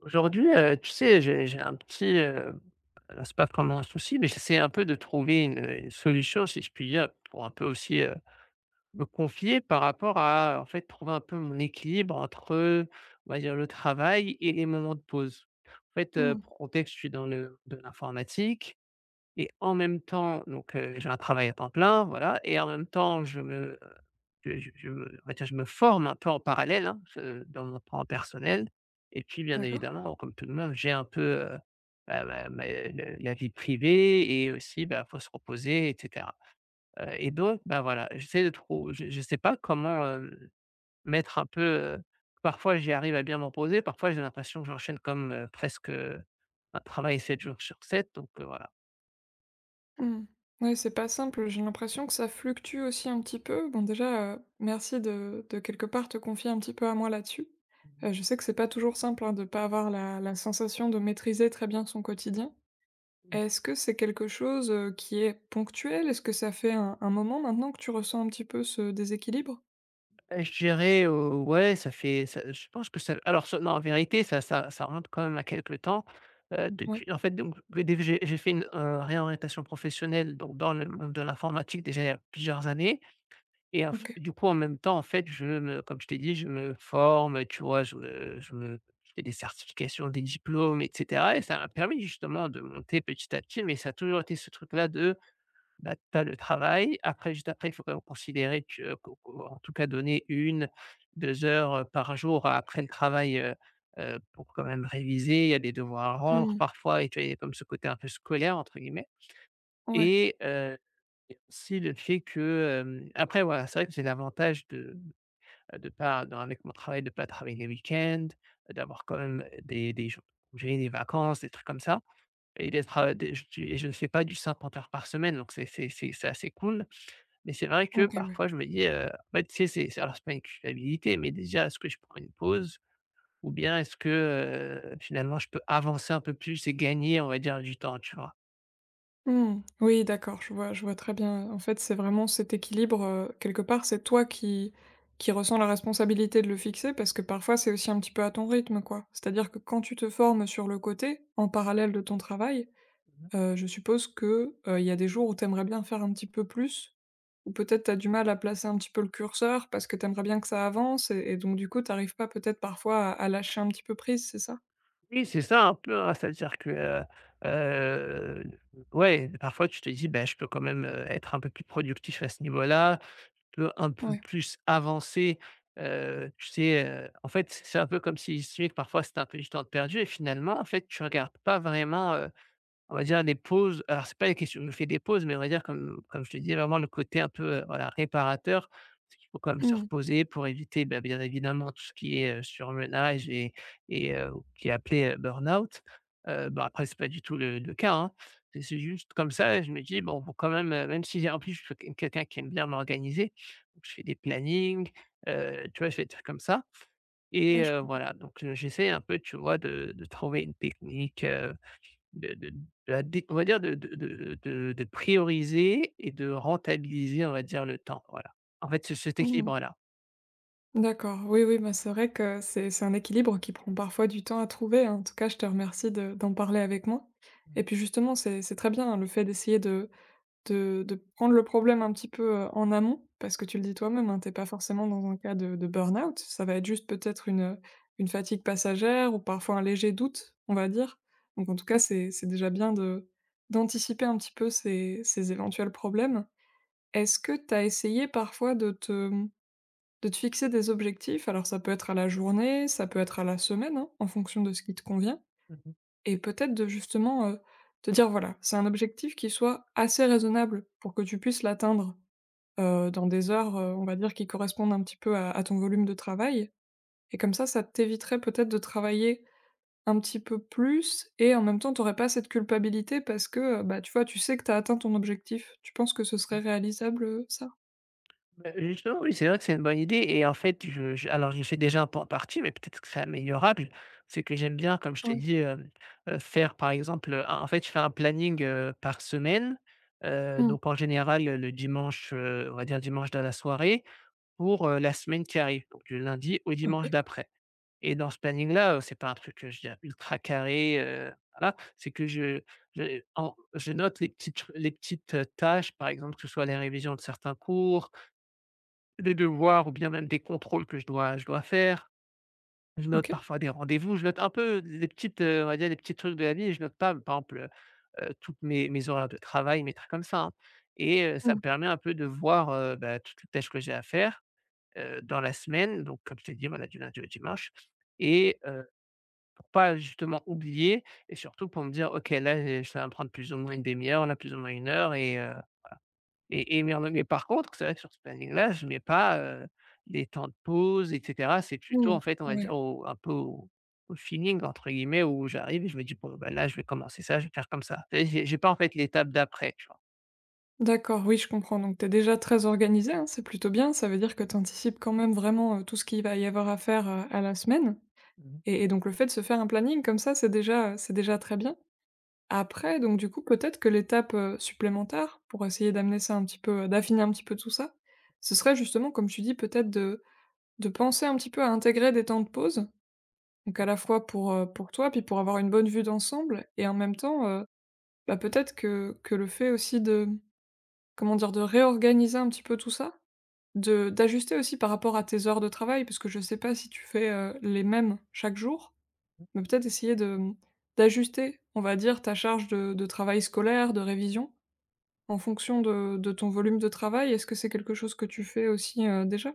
Aujourd'hui, tu sais, j'ai un petit, alors c'est pas vraiment un souci, mais j'essaie un peu de trouver une solution, si je puis dire, pour un peu aussi, me confier par rapport à, en fait, trouver un peu mon équilibre entre, on va dire, le travail et les moments de pause. En fait, Mmh. pour contexte, je suis dans le de l'informatique et en même temps, donc j'ai un travail à temps plein, voilà et en même temps, je me on va dire, je me forme un peu en parallèle, hein, je dans mon temps personnel et puis, bien D'accord. évidemment, comme tout le monde, j'ai un peu, bah, ma ma le la vie privée et aussi, il faut se reposer et cetera. Donc, bah, voilà, j'essaie de trou je sais pas comment, mettre un peu. heu Parfois j'y arrive à bien me reposer, parfois j'ai l'impression que j'enchaîne comme, presque, un travail 7 jours sur 7. Voilà. Mmh. Ouais, c'est pas simple. J'ai l'impression que ça fluctue aussi un petit peu. Bon, déjà, merci de quelque part te confier un petit peu à moi là-dessus. Je sais que c'est pas toujours simple, hein, de pas avoir la sensation de maîtriser très bien son quotidien. Est-ce que c'est quelque chose, qui est ponctuel? Est-ce que ça fait un moment maintenant que tu ressens un petit peu ce déséquilibre? Je dirais, ouais, ça fait ça je pense que ça alors ça non, en vérité, ça remonte quand même à quelque temps. Ouais, Depuis en fait, donc dès que j'ai fait une, réorientation professionnelle donc dans le monde de l'informatique déjà il y a plusieurs années et en f OK. du coup, en même temps, en fait, je me comme je t'ai dit, je me forme, tu vois? Je fais des certifications, des diplômes et cetera et ça m'a permis justement de monter petit à petit, mais ça a toujours été ce truc là de bah, tu as le travail. Après, juste après, il faut quand même considérer que qu'au qu'au en tout cas donner une 2 heures, par jour après le travail, pour quand même réviser. Il y a des devoirs à rendre Mmh. parfois et tu vois, il y a comme ce côté un peu «scolaire» entre guillemets Ouais, et il y a aussi le fait que, après voilà, c'est vrai que j'ai l'avantage de pas dans avec mon travail, de ne pas travailler les week-ends, d'avoir quand même des jours de congés, des vacances, des trucs comme ça et d'être, des je et je ne fais pas du 50 heures par semaine donc c'est assez cool, mais c'est vrai que OK. parfois je me dis, en fait, tu sais, c'est pas une culpabilité, mais déjà est-ce que je prends une pause? Ou bien est-ce que, finalement je peux avancer un peu plus et gagner, on va dire, du temps, tu vois? Mmh. Oui, d'accord, je vois très bien. En fait, c'est vraiment cet équilibre, quelque part, c'est toi qui ressens la responsabilité de le fixer parce que parfois, c'est aussi un petit peu à ton rythme, quoi. C'est-à-dire que quand tu te formes sur le côté, en parallèle de ton travail, Mmh. Je suppose que, il y a des jours où t'aimerais bien faire un petit peu plus ou peut-être t'as du mal à placer un petit peu le curseur parce que t'aimerais bien que ça avance et donc du coup, tu arrives pas peut-être parfois à lâcher un petit peu prise, c'est ça? Oui, c'est ça un peu, hein, c'est-à-dire que, heu, ouais, parfois tu te dis: «Beh, je peux quand même, être un peu plus productif à ce niveau-là, je peux un peu Ouais. plus avancer». Tu sais, en fait, c'est un peu comme s'il estimait que parfois c'était un peu du temps de perdu et finalement, en fait, tu regardes pas vraiment, on va dire des pauses, alors c'est pas les questions je fais des pauses, mais on va dire comme je te dis vraiment le côté un peu, voilà réparateur. Parce qu'il faut quand même se Mmh. reposer pour éviter, bah, bien évidemment tout ce qui est, surmenage qui est appelé, burn-out. Bah, après c'est pas du tout le cas, hein. C'est juste comme ça, je me dis: «Bon, faut quand même», même si j'ai en plus je suis quelqu'un qui aime bien m'organiser, donc je fais des plannings, tu vois? Je fais des trucs comme ça Ouais, je comprends. voilà. J'essaie un peu, tu vois, de trouver une technique, de la dé on va dire de prioriser et de rentabiliser, on va dire, le temps, voilà. En fait, c'est cet Mmh. équilibre-là. D'accord, oui, oui, bah, c'est vrai que c'est un équilibre qui prend parfois du temps à trouver, hein. En tout cas, je te remercie de d'en parler avec moi. Et Mmh. puis justement, c'est très bien, hein, le fait d'essayer de prendre le problème un petit peu, en amont, parce que tu le dis toi-même, hein, tu pas forcément dans un cas de burn-out. Ça va être juste peut-être une fatigue passagère ou parfois un léger doute, on va dire. Donc en tout cas, c'est déjà bien de d'anticiper un petit peu ces éventuels problèmes. Est-ce que tu as essayé parfois de te fixer des objectifs, alors ça peut être à la journée, ça peut être à la semaine, hein, en fonction de ce qui te convient, Mmh. et peut-être de justement, te dire voilà, c'est un objectif qui soit assez raisonnable pour que tu puisses l'atteindre, dans des heures, on va dire qui correspondent un petit peu à ton volume de travail et comme ça t'éviterait peut-être de travailler un petit peu plus et en même temps, tu aurais pas cette culpabilité parce que, bah, tu vois, tu sais que tu as atteint ton objectif. Tu penses que ce serait réalisable, ça? Justement, oui, c'est vrai que c'est une bonne idée et en fait, je sais déjà un peu en partie, mais peut-être que c'est améliorable. C'est que j'aime bien, comme je t'ai Oui. dit. Faire, par exemple, en fait, je fais un planning, par semaine, Mmh. donc en général, le dimanche, on va dire dimanche dans la soirée pour, la semaine qui arrive, donc du lundi au dimanche OK, d'après. Et dans ce planning-là, c'est pas un truc, je veux dire ultra carré, voilà, c'est que je note les petites, tâches, par exemple, que ce soit les révisions de certains cours, des devoirs ou bien même des contrôles que je dois faire. Je note OK. parfois des rendez-vous, je note un peu des petites, on va dire des petits trucs de la vie et je note pas, par exemple, toutes mes horaires de travail, mes trucs comme ça, hein, et ça Mmh. me permet un peu de voir, bah, toutes les tâches que j'ai à faire, dans la semaine. Donc comme je t'ai dit, voilà, du lundi au dimanche. et heu, pour pas justement oublier et surtout pour me dire: «OK, là, j'ai ça va me prendre plus ou moins une demi heure, là, plus ou moins une heure» et mais en mais Par contre, c'est vrai que sur ce planning-là, je mets pas, les temps de pause et cetera. C'est plutôt, Mmh. en fait, on va Ouais. dire au un peu au au «feeling» entre guillemets où j'arrive et je me dis: «Bon, bah, là, je vais commencer ça, je vais faire comme ça». Tu j'ai pas, en fait, l'étape d'après, tu D'accord, oui, je comprends. Donc, t'es déjà très organisé, hein, c'est plutôt bien. Ça veut dire que tu quand même vraiment, tout ce qu'il va y avoir à faire, à la semaine vois? et donc le fait de se faire un planning comme ça, c'est déjà très bien. Après donc du coup, peut-être que l'étape, supplémentaire pour essayer d'amener ça un petit peu, d'affiner un petit peu tout ça, ce serait justement comme tu dis peut-être de penser un petit peu à intégrer des temps de pause. Donc à la fois pour toi, puis pour avoir une bonne vue d'ensemble et en même temps, bah, peut-être que le fait aussi de, comment dire? De réorganiser un petit peu tout ça, de d'ajuster aussi par rapport à tes heures de travail, parce que je sais pas si tu fais, les mêmes chaque jour, mais peut-être essayer de, mmh, d'ajuster, on va dire, ta charge de travail scolaire, de révision, en fonction de ton volume de travail. Est-ce que c'est quelque chose que tu fais aussi, déjà?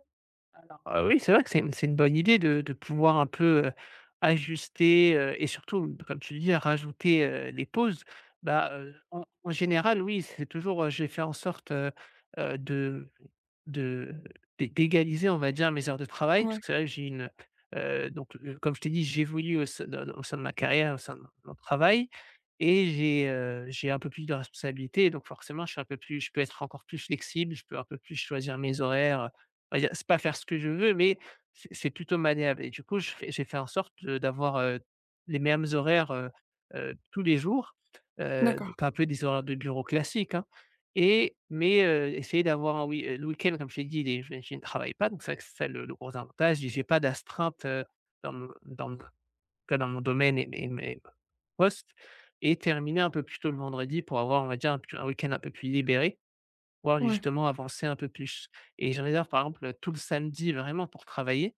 Alors, oui, c'est vrai que c'est une bonne idée de pouvoir un peu, ajuster, et surtout, comme tu dis, rajouter, les pauses. Bah, en général, oui, c'est toujours, j'ai fait en sorte, heu, de de d'é d'égaliser, on va dire, mes heures de travail. Parce Ouais, que c'est vrai que donc, comme je t'ai dit, j'évolue au sein de ma carrière, au sein de mon travail et j'ai un peu plus de responsabilités. Donc forcément, je peux être encore plus flexible, je peux un peu plus choisir mes horaires, on va dire, c'est pas faire ce que je veux, mais c'est plutôt maniable et du coup, je fais j'ai fait en sorte, d'avoir, les mêmes horaires, tous les jours, d'accord, donc un peu des horaires de bureau classiques, hein. Essayer d'avoir le week-end, comme je t'ai dit, les je ne travaille pas, donc c'est vrai que c'est ça le gros avantage, je n'ai pas d'astreinte, dans mon en tout cas dans mon domaine et mes postes, et terminer un peu plus tôt le vendredi pour avoir, on va dire, un week-end un peu plus libéré. Pouvoir ouais, justement avancer un peu plus, et je réserve par exemple tout le samedi vraiment pour travailler.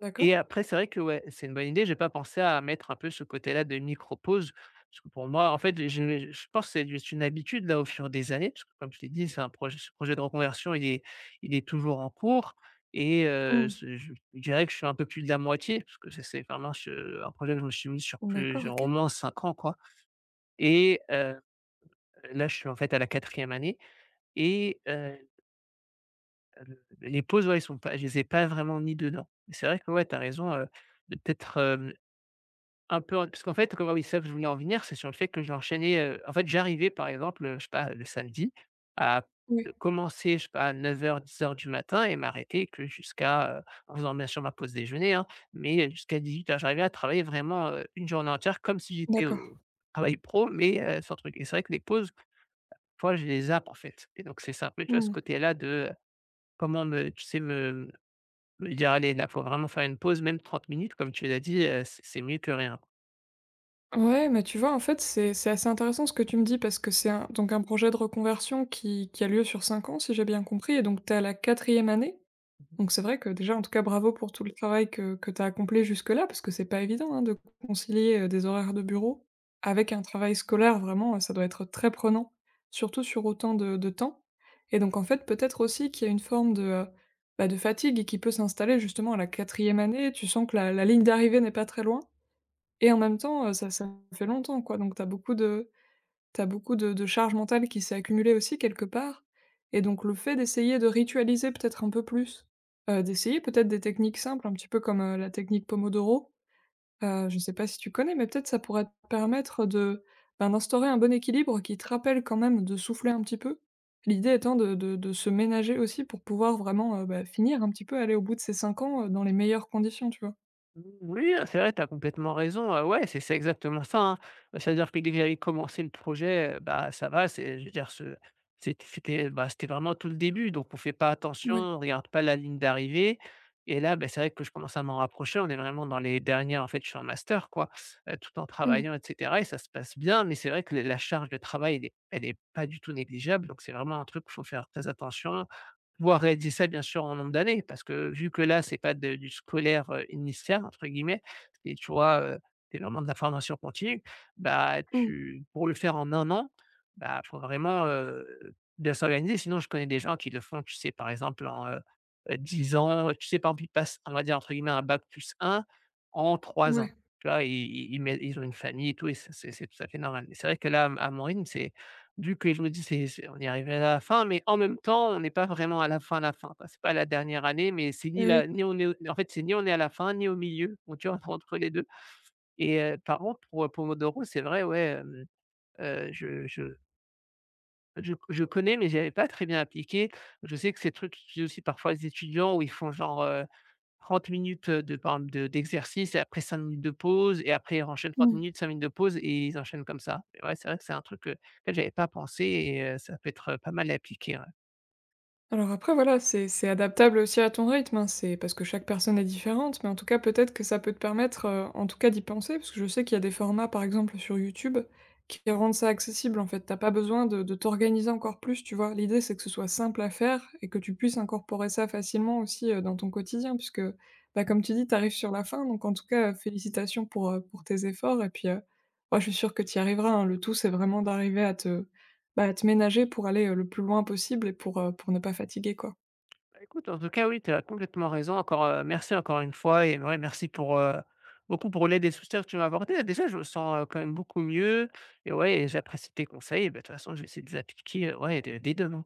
d'accord. Et après c'est vrai que ouais, c'est une bonne idée, j'ai pas pensé à mettre un peu ce côté-là de micro-pause, parce que pour moi, en fait, je pense que c'est juste une habitude là au fur des années, parce que comme je t'ai dit, c'est un projet ce projet de reconversion, il est toujours en cours. Et Mmh. ce Je dirais que je suis un peu plus de la moitié, parce que c'est vraiment je un projet que je me suis mis sur D'accord, plusieurs au OK. moins 5 ans, quoi. et heu, Là je suis en fait à la quatrième année. et heu les pauses, ouais, ils sont pas je les ai pas vraiment mis dedans. Mais c'est vrai que ouais, tu as raison, de peut-être, un peu en parce qu'en fait, comment oui, ça je voulais en venir, c'est sur le fait que j'enchaînais. En fait, j'arrivais par exemple, je sais pas, le samedi à Oui, commencer, je sais pas, à 10 heures du matin et m'arrêter que jusqu'à, en faisant bien sûr ma pause déjeuner, hein, mais jusqu'à 18 heures. J'arrivais à travailler vraiment, une journée entière comme si j'étais d'accord. au travail pro, mais, sans truc, et c'est vrai que les pauses, parfois je les zappe en fait, et donc c'est ça, un peu, tu vois, ce Mmh. côté-là de, heu, comment me tu sais, me lui dire: «Allez, là, faut vraiment faire une pause, même 30 minutes», comme tu l'as dit, c'est mieux que rien. Ouais, mais tu vois, en fait, c'est assez intéressant ce que tu me dis parce que c'est un donc un projet de reconversion qui a lieu sur 5 ans, si j'ai bien compris et donc tu es à la 4e année? Mmh. Donc c'est vrai que déjà, en tout cas, bravo pour tout le travail que tu as accompli jusque-là, parce que c'est pas évident hein, de concilier des horaires de bureau avec un travail scolaire, vraiment, ça doit être très prenant, surtout sur autant de temps. Et donc en fait, peut-être aussi qu'il y a une forme de, bah, de fatigue qui peut s'installer justement à la quatrième année, tu sens que la ligne d'arrivée n'est pas très loin, et en même temps, ça, ça fait longtemps, quoi, donc tu as beaucoup de, t'as beaucoup de charge mentale qui s'est accumulée aussi quelque part et donc le fait d'essayer de ritualiser peut-être un peu plus, d'essayer peut-être des techniques simples, un petit peu comme, la technique Pomodoro, je sais pas si tu connais, mais peut-être ça pourrait te permettre de, ben, d'instaurer un bon équilibre qui te rappelle quand même de souffler un petit peu. L'idée étant de se ménager aussi pour pouvoir vraiment, bah, finir un petit peu, aller au bout de ces 5 ans, dans les meilleures conditions, tu vois? Oui, ah, c'est vrai, tu as complètement raison. Ouais, c'est exactement ça, hein. C'est-à-dire que dès que j'avais commencé le projet, bah, ça va, c'est je veux dire ce c'ét c'était, bah, c'était vraiment tout le début, donc on ne fait pas attention, Ouais. on ne regarde pas la ligne d'arrivée, et là, beh, c'est vrai que je commence à m'en rapprocher. On est vraiment dans les dernières, en fait, je suis en master quoi, tout en Mmh. travaillant et cetera, et ça se passe bien, mais c'est vrai que la charge de travail, elle est pas du tout négligeable, donc c'est vraiment un truc qu'il faut faire très attention, pouvoir réaliser ça bien sûr en nombre d'années, parce que vu que là c'est pas de du scolaire, «initial» entre guillemets, et tu vois, c'est vraiment de la formation continue. Bah, Mmh. tu pour le faire en un an, bah, faut vraiment, bien s'organiser, sinon je connais des gens qui le font, tu sais, par exemple en, 10 ans, tu sais, par exemple, ils passent, on va dire entre guillemets un bac+1 en 3 ans, Ouais. tu vois? Ils ont une famille et tout, et c'est tout à fait normal. Mais c'est vrai que là à mon rythme, c'est du que je me dis: «C'est on est arrivé à la fin», mais en même temps, on n'est pas vraiment à la fin, quoi. C'est pas la dernière année, mais c'est ni Et oui. la ni on est au en fait, c'est ni on est à la fin, ni au milieu, on tu entre les 2. Par contre pour Pomodoro, c'est vrai, ouais, heu, je je je connais, mais j'avais pas très bien appliqué. Je sais que ces trucs j'utilise aussi parfois les étudiants où ils font genre, 30 minutes, de par exemple de d'exercice et après 5 minutes de pause et après ils enchaînent trente Mmh. minutes, 5 minutes de pause et ils enchaînent comme ça. Et ouais, c'est vrai que c'est un truc que auquel j'avais pas pensé, ça peut être, pas mal à appliquer, ouais. Alors après voilà, c'est adaptable aussi à ton rythme, hein, c'est parce que chaque personne est différente, mais en tout cas, peut-être que ça peut te permettre, en tout cas d'y penser, parce que je sais qu'il y a des formats, par exemple, sur YouTube, qui rendent ça accessible, en fait. T'as pas besoin de t'organiser encore plus, tu vois? L'idée, c'est que ce soit simple à faire et que tu puisses incorporer ça facilement aussi, dans ton quotidien puisque, bah, comme tu dis, tu arrives sur la fin, donc en tout cas, félicitations pour tes efforts et puis, moi, je suis sûre que tu y arriveras, hein. Le tout, c'est vraiment d'arriver à te bah, te ménager pour aller, le plus loin possible et pour ne pas fatiguer, quoi. Bah, écoute, en tout cas, oui, tu as complètement raison. Encore, merci encore une fois, et ouais, merci pour, beaucoup pour l'aide et le soutien que tu m'as apporté. Déjà, je me sens, quand même beaucoup mieux, et ouais, j'apprécie tes conseils, et bah, de toute façon, je vais essayer de les appliquer, ouais, dès demain.